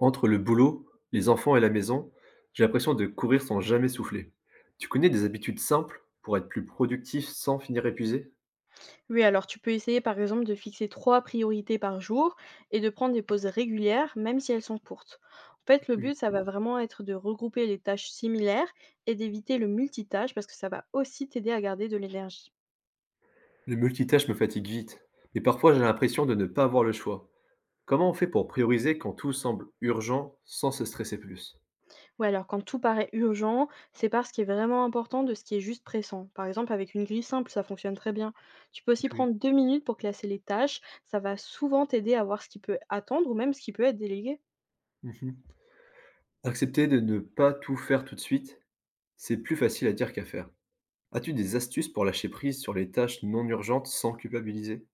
Entre le boulot, les enfants et la maison, j'ai l'impression de courir sans jamais souffler. Tu connais des habitudes simples pour être plus productif sans finir épuisé? Oui, alors tu peux essayer par exemple de fixer trois priorités par jour et de prendre des pauses régulières, même si elles sont courtes. En fait, le Oui. but, ça va vraiment être de regrouper les tâches similaires et d'éviter le multitâche parce que ça va aussi t'aider à garder de l'énergie. Le multitâche me fatigue vite, mais parfois j'ai l'impression de ne pas avoir le choix. Comment on fait pour prioriser quand tout semble urgent sans se stresser plus? Ou alors, quand tout paraît urgent, sépare ce qui est vraiment important de ce qui est juste pressant. Par exemple, avec une grille simple, ça fonctionne très bien. Tu peux aussi Ok. prendre 2 minutes pour classer les tâches. Ça va souvent t'aider à voir ce qui peut attendre ou même ce qui peut être délégué. Mhm. Accepter de ne pas tout faire tout de suite, c'est plus facile à dire qu'à faire. As-tu des astuces pour lâcher prise sur les tâches non urgentes sans culpabiliser?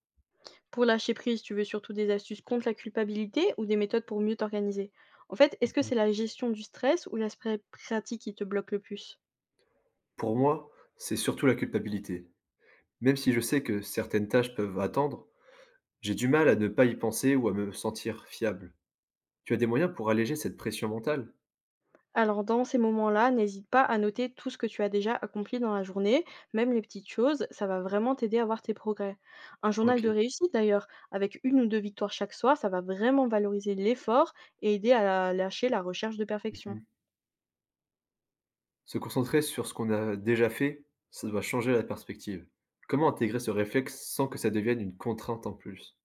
Pour lâcher prise, tu veux surtout des astuces contre la culpabilité ou des méthodes pour mieux t'organiser? En fait, est-ce que Mhm. c'est la gestion du stress ou l'aspect pratique qui te bloque le plus? Pour moi, c'est surtout la culpabilité. Même si je sais que certaines tâches peuvent attendre, j'ai du mal à ne pas y penser ou à me sentir fiable. Tu as des moyens pour alléger cette pression mentale? Alors, dans ces moments-là, n'hésite pas à noter tout ce que tu as déjà accompli dans la journée, même les petites choses, ça va vraiment t'aider à voir tes progrès. Un journal de Ok. réussite d'ailleurs, avec une ou deux victoires chaque soir, ça va vraiment valoriser l'effort et aider à lâcher la recherche de perfection. Mhm. Se concentrer sur ce qu'on a déjà fait, ça doit changer la perspective. Comment intégrer ce réflexe sans que ça devienne une contrainte en plus?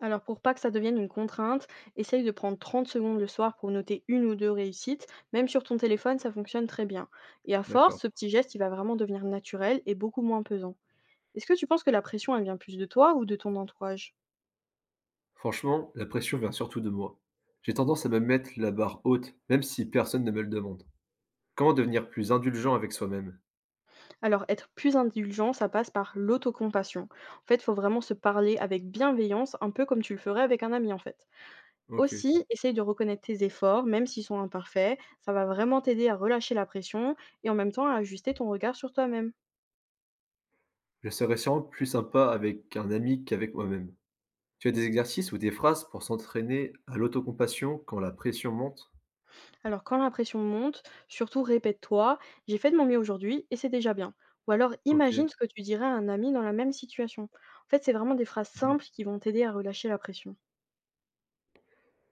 Alors pour pas que ça devienne une contrainte, essaye de prendre 30 secondes le soir pour noter une ou deux réussites. Même sur ton téléphone, ça fonctionne très bien. Et à D'accord. force, ce petit geste, il va vraiment devenir naturel et beaucoup moins pesant. Est-ce que tu penses que la pression, elle vient plus de toi ou de ton entourage? Franchement, la pression vient surtout de moi. J'ai tendance à me mettre la barre haute, même si personne ne me le demande. Comment devenir plus indulgent avec soi-même? Alors être plus indulgent, ça passe par l'autocompassion. En fait, il faut vraiment se parler avec bienveillance, un peu comme tu le ferais avec un ami en fait. Ok. Aussi, essaye de reconnaître tes efforts, même s'ils sont imparfaits. Ça va vraiment t'aider à relâcher la pression et en même temps à ajuster ton regard sur toi-même. Je serais sûrement plus sympa avec un ami qu'avec moi-même. Tu as des exercices ou des phrases pour s'entraîner à l'autocompassion quand la pression monte? Alors quand la pression monte, surtout répète-toi: «J'ai fait de mon mieux aujourd'hui et c'est déjà bien». Ou alors OK. imagine ce que tu dirais à un ami dans la même situation. En fait, c'est vraiment des phrases Mmh. simples qui vont t'aider à relâcher la pression.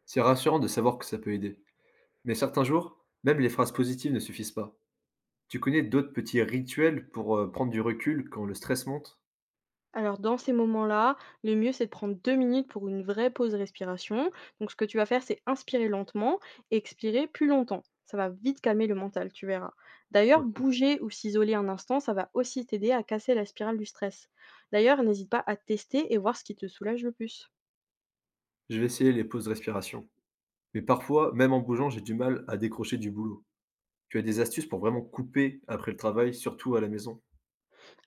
C'est rassurant de savoir que ça peut aider. Mais certains jours, même les phrases positives ne suffisent pas. Tu connais d'autres petits rituels pour, prendre du recul quand le stress monte? Alors dans ces moments-là, le mieux c'est de prendre 2 minutes pour une vraie pause respiration. Donc ce que tu vas faire, c'est inspirer lentement et expirer plus longtemps. Ça va vite calmer le mental, tu verras. D'ailleurs, OK. bouger ou s'isoler un instant, ça va aussi t'aider à casser la spirale du stress. D'ailleurs, n'hésite pas à tester et voir ce qui te soulage le plus. Je vais essayer les pauses de respiration. Mais parfois, même en bougeant, j'ai du mal à décrocher du boulot. Tu as des astuces pour vraiment couper après le travail, surtout à la maison?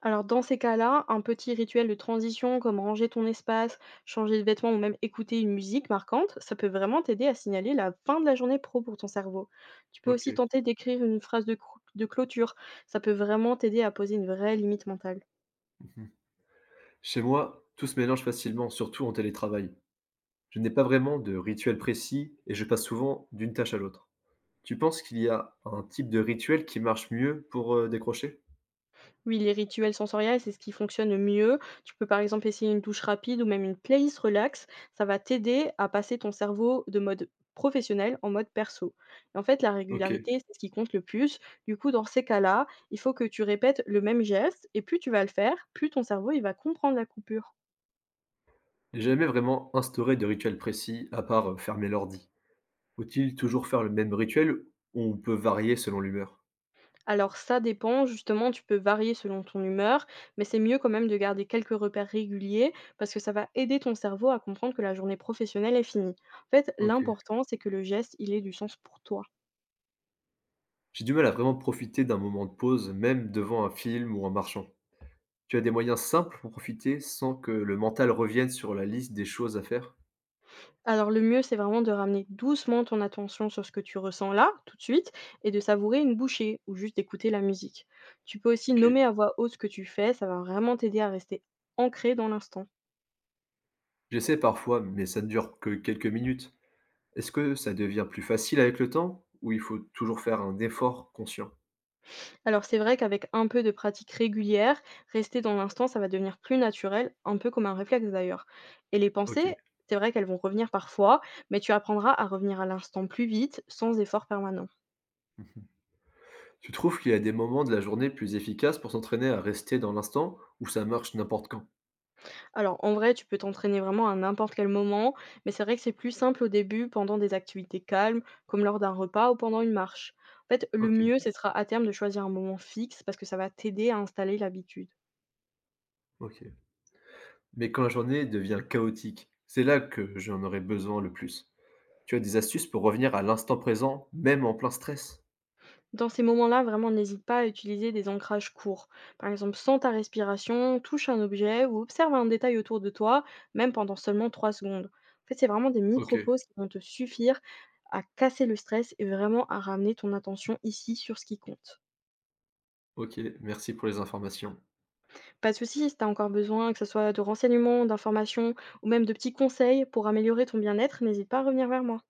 Alors dans ces cas-là, un petit rituel de transition comme ranger ton espace, changer de vêtements ou même écouter une musique marquante, ça peut vraiment t'aider à signaler la fin de la journée pro pour ton cerveau. Tu peux aussi OK. tenter d'écrire une phrase de clôture, ça peut vraiment t'aider à poser une vraie limite mentale. Mmh. Chez moi, tout se mélange facilement, surtout en télétravail. Je n'ai pas vraiment de rituel précis et je passe souvent d'une tâche à l'autre. Tu penses qu'il y a un type de rituel qui marche mieux pour décrocher? Oui, les rituels sensoriels, c'est ce qui fonctionne le mieux. Tu peux par exemple essayer une douche rapide ou même une playlist relax. Ça va t'aider à passer ton cerveau de mode professionnel en mode perso. Et en fait, la Ok. régularité, c'est ce qui compte le plus. Du coup, dans ces cas-là, il faut que tu répètes le même geste et plus tu vas le faire, plus ton cerveau il va comprendre la coupure. J'ai jamais vraiment instauré de rituel précis à part fermer l'ordi. Faut-il toujours faire le même rituel ou on peut varier selon l'humeur? Alors ça dépend, justement, tu peux varier selon ton humeur, mais c'est mieux quand même de garder quelques repères réguliers parce que ça va aider ton cerveau à comprendre que la journée professionnelle est finie. En fait, Ok. l'important, c'est que le geste, il ait du sens pour toi. J'ai du mal à vraiment profiter d'un moment de pause, même devant un film ou en marchant. Tu as des moyens simples pour profiter sans que le mental revienne sur la liste des choses à faire? Alors le mieux, c'est vraiment de ramener doucement ton attention sur ce que tu ressens là, tout de suite, et de savourer une bouchée ou juste d'écouter la musique. Tu peux aussi Ok. nommer à voix haute ce que tu fais, ça va vraiment t'aider à rester ancré dans l'instant. J'essaie parfois, mais ça ne dure que quelques minutes. Est-ce que ça devient plus facile avec le temps ou il faut toujours faire un effort conscient? Alors c'est vrai qu'avec un peu de pratique régulière, rester dans l'instant, ça va devenir plus naturel, un peu comme un réflexe d'ailleurs. Et les OK. pensées, c'est vrai qu'elles vont revenir parfois, mais tu apprendras à revenir à l'instant plus vite, sans effort permanent. Tu trouves qu'il y a des moments de la journée plus efficaces pour s'entraîner à rester dans l'instant ou ça marche n'importe quand? Alors en vrai, tu peux t'entraîner vraiment à n'importe quel moment, mais c'est vrai que c'est plus simple au début pendant des activités calmes, comme lors d'un repas ou pendant une marche. En fait, le OK, mieux, ce sera à terme de choisir un moment fixe parce que ça va t'aider à installer l'habitude. OK. Mais quand la journée devient chaotique, c'est là que j'en aurais besoin le plus. Tu as des astuces pour revenir à l'instant présent, même en plein stress? Dans ces moments-là, vraiment, n'hésite pas à utiliser des ancrages courts. Par exemple, sens ta respiration, touche un objet ou observe un détail autour de toi, même pendant seulement 3 secondes. En fait, c'est vraiment des OK, micro-pauses qui vont te suffire à casser le stress et vraiment à ramener ton attention ici sur ce qui compte. OK, merci pour les informations. Pas de souci, si tu as encore besoin, que ce soit de renseignements, d'informations ou même de petits conseils pour améliorer ton bien-être, n'hésite pas à revenir vers moi.